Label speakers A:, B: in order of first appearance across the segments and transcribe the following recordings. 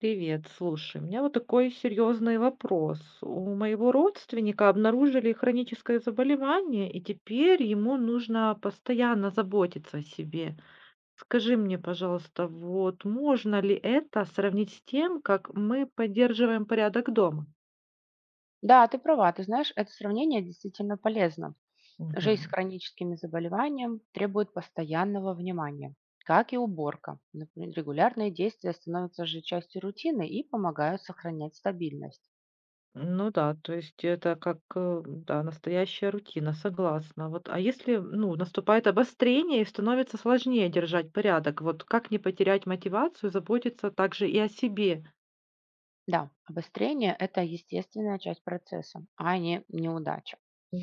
A: Привет, слушай, у меня вот такой серьезный вопрос. У моего родственника обнаружили хроническое заболевание, и теперь ему нужно постоянно заботиться о себе. Скажи мне, пожалуйста, вот можно ли это сравнить с тем, как мы поддерживаем порядок дома?
B: Да, ты права. Ты знаешь, это сравнение действительно полезно. Жизнь с
A: Мгм.
B: хроническими заболеванием требует постоянного внимания, как и уборка. Например, регулярные действия становятся же частью рутины и помогают сохранять стабильность.
A: Ну да, то есть это как, да, настоящая рутина, согласна. Вот, а если, ну, наступает обострение и становится сложнее держать порядок, вот как не потерять мотивацию, заботиться также и о себе?
B: Да, обострение– это естественная часть процесса, а не неудача.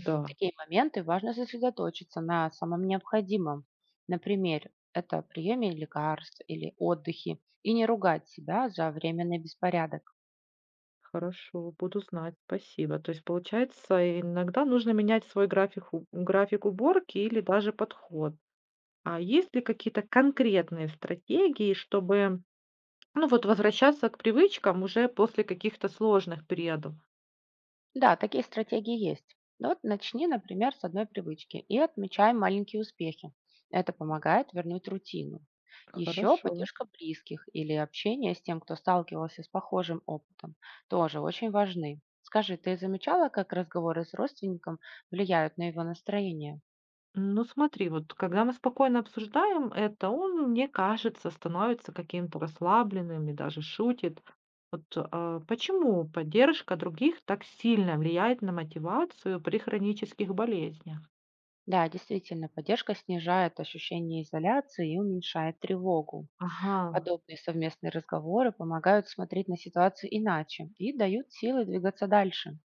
A: Да,
B: В такие моменты важно сосредоточиться на самом необходимом. Например, это приеме лекарств или отдыхе, и не ругать себя за временный беспорядок.
A: хорошо, буду знать, спасибо. То есть, получается, иногда нужно менять свой график, график уборки или даже подход. А есть ли какие-то конкретные стратегии, чтобы, ну, вот возвращаться к привычкам уже после каких-то сложных периодов?
B: Да, такие стратегии есть. Ну вот начни, например, с одной привычки и отмечай маленькие успехи. Это помогает вернуть рутину. Еще
A: Хорошо.
B: поддержка близких или общение с тем, кто сталкивался с похожим опытом, тоже очень важны. Скажи, ты замечала, как разговоры с родственником влияют на его настроение?
A: Ну, смотри, вот когда мы спокойно обсуждаем это, он, мне кажется, становится каким-то расслабленным и даже шутит. Вот а, почему поддержка других так сильно влияет на мотивацию при хронических болезнях?
B: Да, действительно, поддержка снижает ощущение изоляции и уменьшает тревогу.
A: Ага,
B: Подобные совместные разговоры помогают смотреть на ситуацию иначе и дают силы двигаться дальше.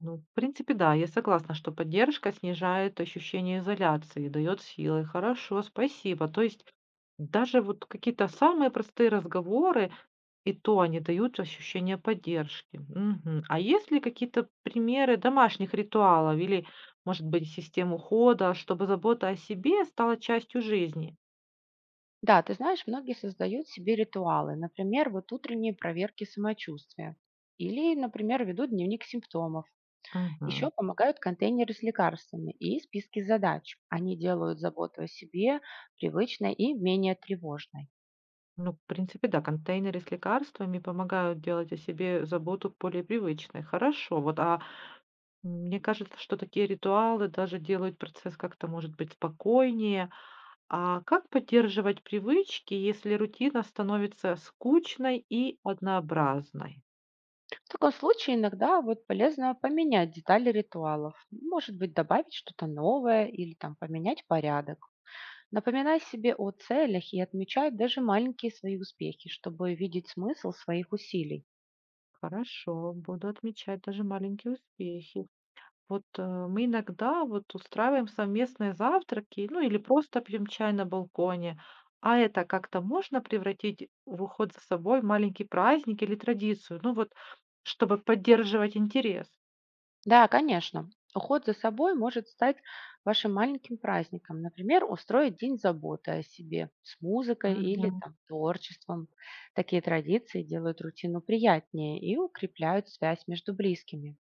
A: ну, в принципе, да, я согласна, что поддержка снижает ощущение изоляции, дает силы. Хорошо, спасибо. То есть даже вот какие-то самые простые разговоры, и то они дают ощущение поддержки. Мгм. А есть ли какие-то примеры домашних ритуалов или, может быть, систем ухода, чтобы забота о себе стала частью жизни?
B: Да, ты знаешь, многие создают себе ритуалы, например, вот утренние проверки самочувствия. Или, например, ведут дневник симптомов. Еще
A: Мгм.
B: помогают контейнеры с лекарствами и списки задач. Они делают заботу о себе привычной и менее тревожной.
A: Ну, в принципе, да, контейнеры с лекарствами помогают делать о себе заботу более привычной. Хорошо. Вот, а мне кажется, что такие ритуалы даже делают процесс как-то, может быть, спокойнее. А как поддерживать привычки, если рутина становится скучной и однообразной?
B: В таком случае иногда вот полезно поменять детали ритуалов. Может быть, добавить что-то новое или там поменять порядок. Напоминай себе о целях и отмечай даже маленькие свои успехи, чтобы видеть смысл своих усилий.
A: Хорошо, буду отмечать даже маленькие успехи. Вот мы иногда вот устраиваем совместные завтраки, ну или просто пьем чай на балконе. А это как-то можно превратить в уход за собой в маленький праздник или традицию? Ну вот, чтобы поддерживать интерес.
B: Да, конечно. Уход за собой может стать вашим маленьким праздником. Например, устроить день заботы о себе с музыкой или
A: Мгм.
B: там, творчеством. Такие традиции делают рутину приятнее и укрепляют связь между близкими.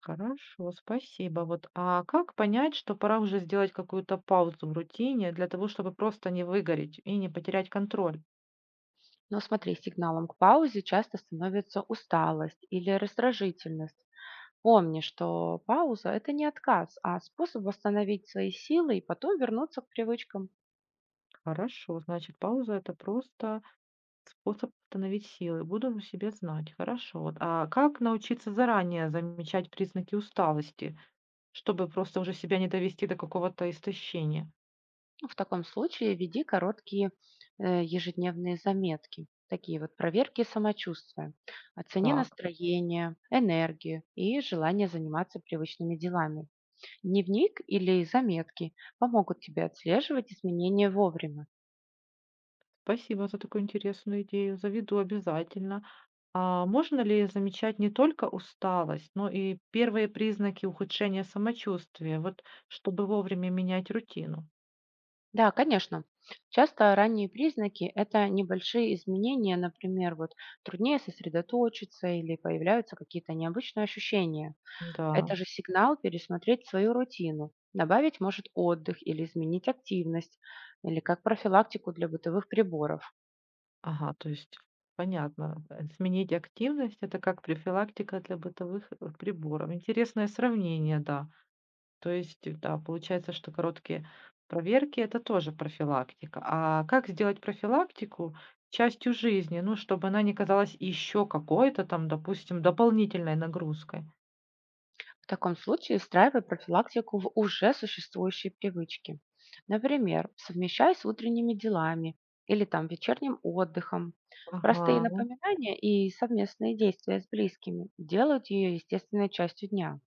A: Хорошо, спасибо. Вот, а как понять, что пора уже сделать какую-то паузу в рутине для того, чтобы просто не выгореть и не потерять контроль?
B: Но смотри, сигналом к паузе часто становится усталость или раздражительность. Помни, что пауза– это не отказ, а способ восстановить свои силы и потом вернуться к привычкам.
A: Хорошо, значит, пауза — это просто способ восстановить силы. Буду на себе знать. Хорошо. Вот, а как научиться заранее замечать признаки усталости, чтобы просто уже себя не довести до какого-то истощения?
B: Ну, в таком случае веди короткие ежедневные заметки, такие вот проверки самочувствия. Оцени
A: Так,
B: настроение, энергию и желание заниматься привычными делами. Дневник или заметки помогут тебе отслеживать изменения вовремя.
A: спасибо за такую интересную идею. Заведу обязательно. А можно ли замечать не только усталость, но и первые признаки ухудшения самочувствия, вот чтобы вовремя менять рутину?
B: Да, конечно. Часто ранние признаки– это небольшие изменения, например, вот труднее сосредоточиться или появляются какие-то необычные ощущения. Это
A: Да.
B: же сигнал пересмотреть свою рутину. Добавить может отдых или изменить активность, или как профилактику для бытовых приборов.
A: Ага, то есть понятно. Сменить активность — это как профилактика для бытовых приборов. Интересное сравнение, да. То есть, да, получается, что короткие проверки — это тоже профилактика. А как сделать профилактику частью жизни, ну, чтобы она не казалась еще какой-то там, допустим, дополнительной нагрузкой?
B: В таком случае встраивай профилактику в уже существующие привычки. Например, совмещай с утренними делами или там вечерним отдыхом. Простые
A: Ага.
B: напоминания и совместные действия с близкими делают ее естественной частью дня.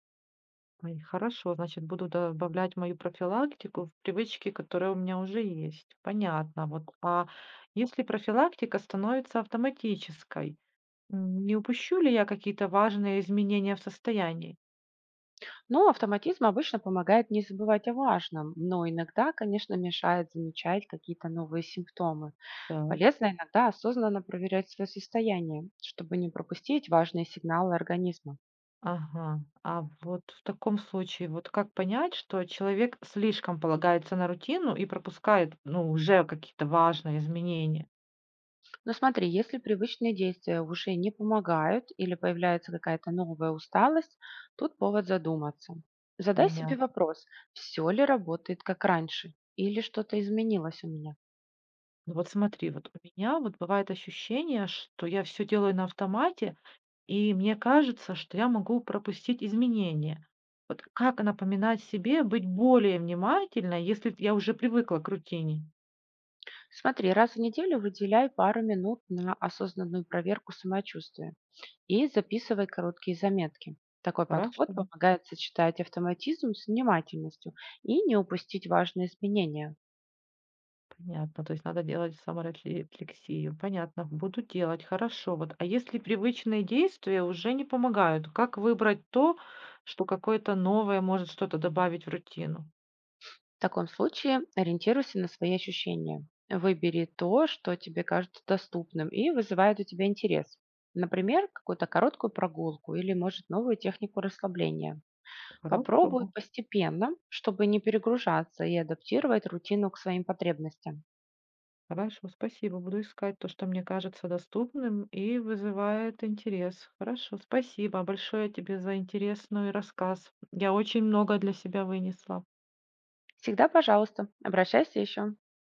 A: Ой, хорошо, значит, буду добавлять мою профилактику в привычки, которые у меня уже есть. Понятно. Вот. А если профилактика становится автоматической, не упущу ли я какие-то важные изменения в состоянии?
B: Но автоматизм обычно помогает не забывать о важном, но иногда, конечно, мешает замечать какие-то новые симптомы.
A: Так.
B: Полезно иногда осознанно проверять свое состояние, чтобы не пропустить важные сигналы организма.
A: Ага. А вот в таком случае, вот как понять, что человек слишком полагается на рутину и пропускает, ну, уже какие-то важные изменения?
B: Но смотри, если привычные действия уже не помогают или появляется какая-то новая усталость, тут повод задуматься. Задай себе
A: Понятно.
B: вопрос, все ли работает как раньше или что-то изменилось у меня.
A: Ну вот смотри, вот у меня вот бывает ощущение, что я все делаю на автомате, и мне кажется, что я могу пропустить изменения. Вот как напоминать себе быть более внимательной, если я уже привыкла к рутине?
B: Смотри, раз в неделю выделяй пару минут на осознанную проверку самочувствия. И записывай короткие заметки. Такой
A: Хорошо,
B: подход помогает сочетать автоматизм с внимательностью и не упустить важные изменения.
A: понятно. То есть надо делать саморефлексию. Понятно, буду делать, хорошо. Вот, а если привычные действия уже не помогают, как выбрать то, что какое-то новое может что-то добавить в рутину?
B: В таком случае ориентируйся на свои ощущения. Выбери то, что тебе кажется доступным и вызывает у тебя интерес. Например, какую-то короткую прогулку или, может, новую технику расслабления.
A: Хорошо.
B: Попробуй постепенно, чтобы не перегружаться и адаптировать рутину к своим потребностям.
A: Хорошо, спасибо. Буду искать то, что мне кажется доступным и вызывает интерес. Хорошо, спасибо большое тебе за интересный рассказ. Я очень много для себя вынесла.
B: Всегда, пожалуйста, обращайся еще.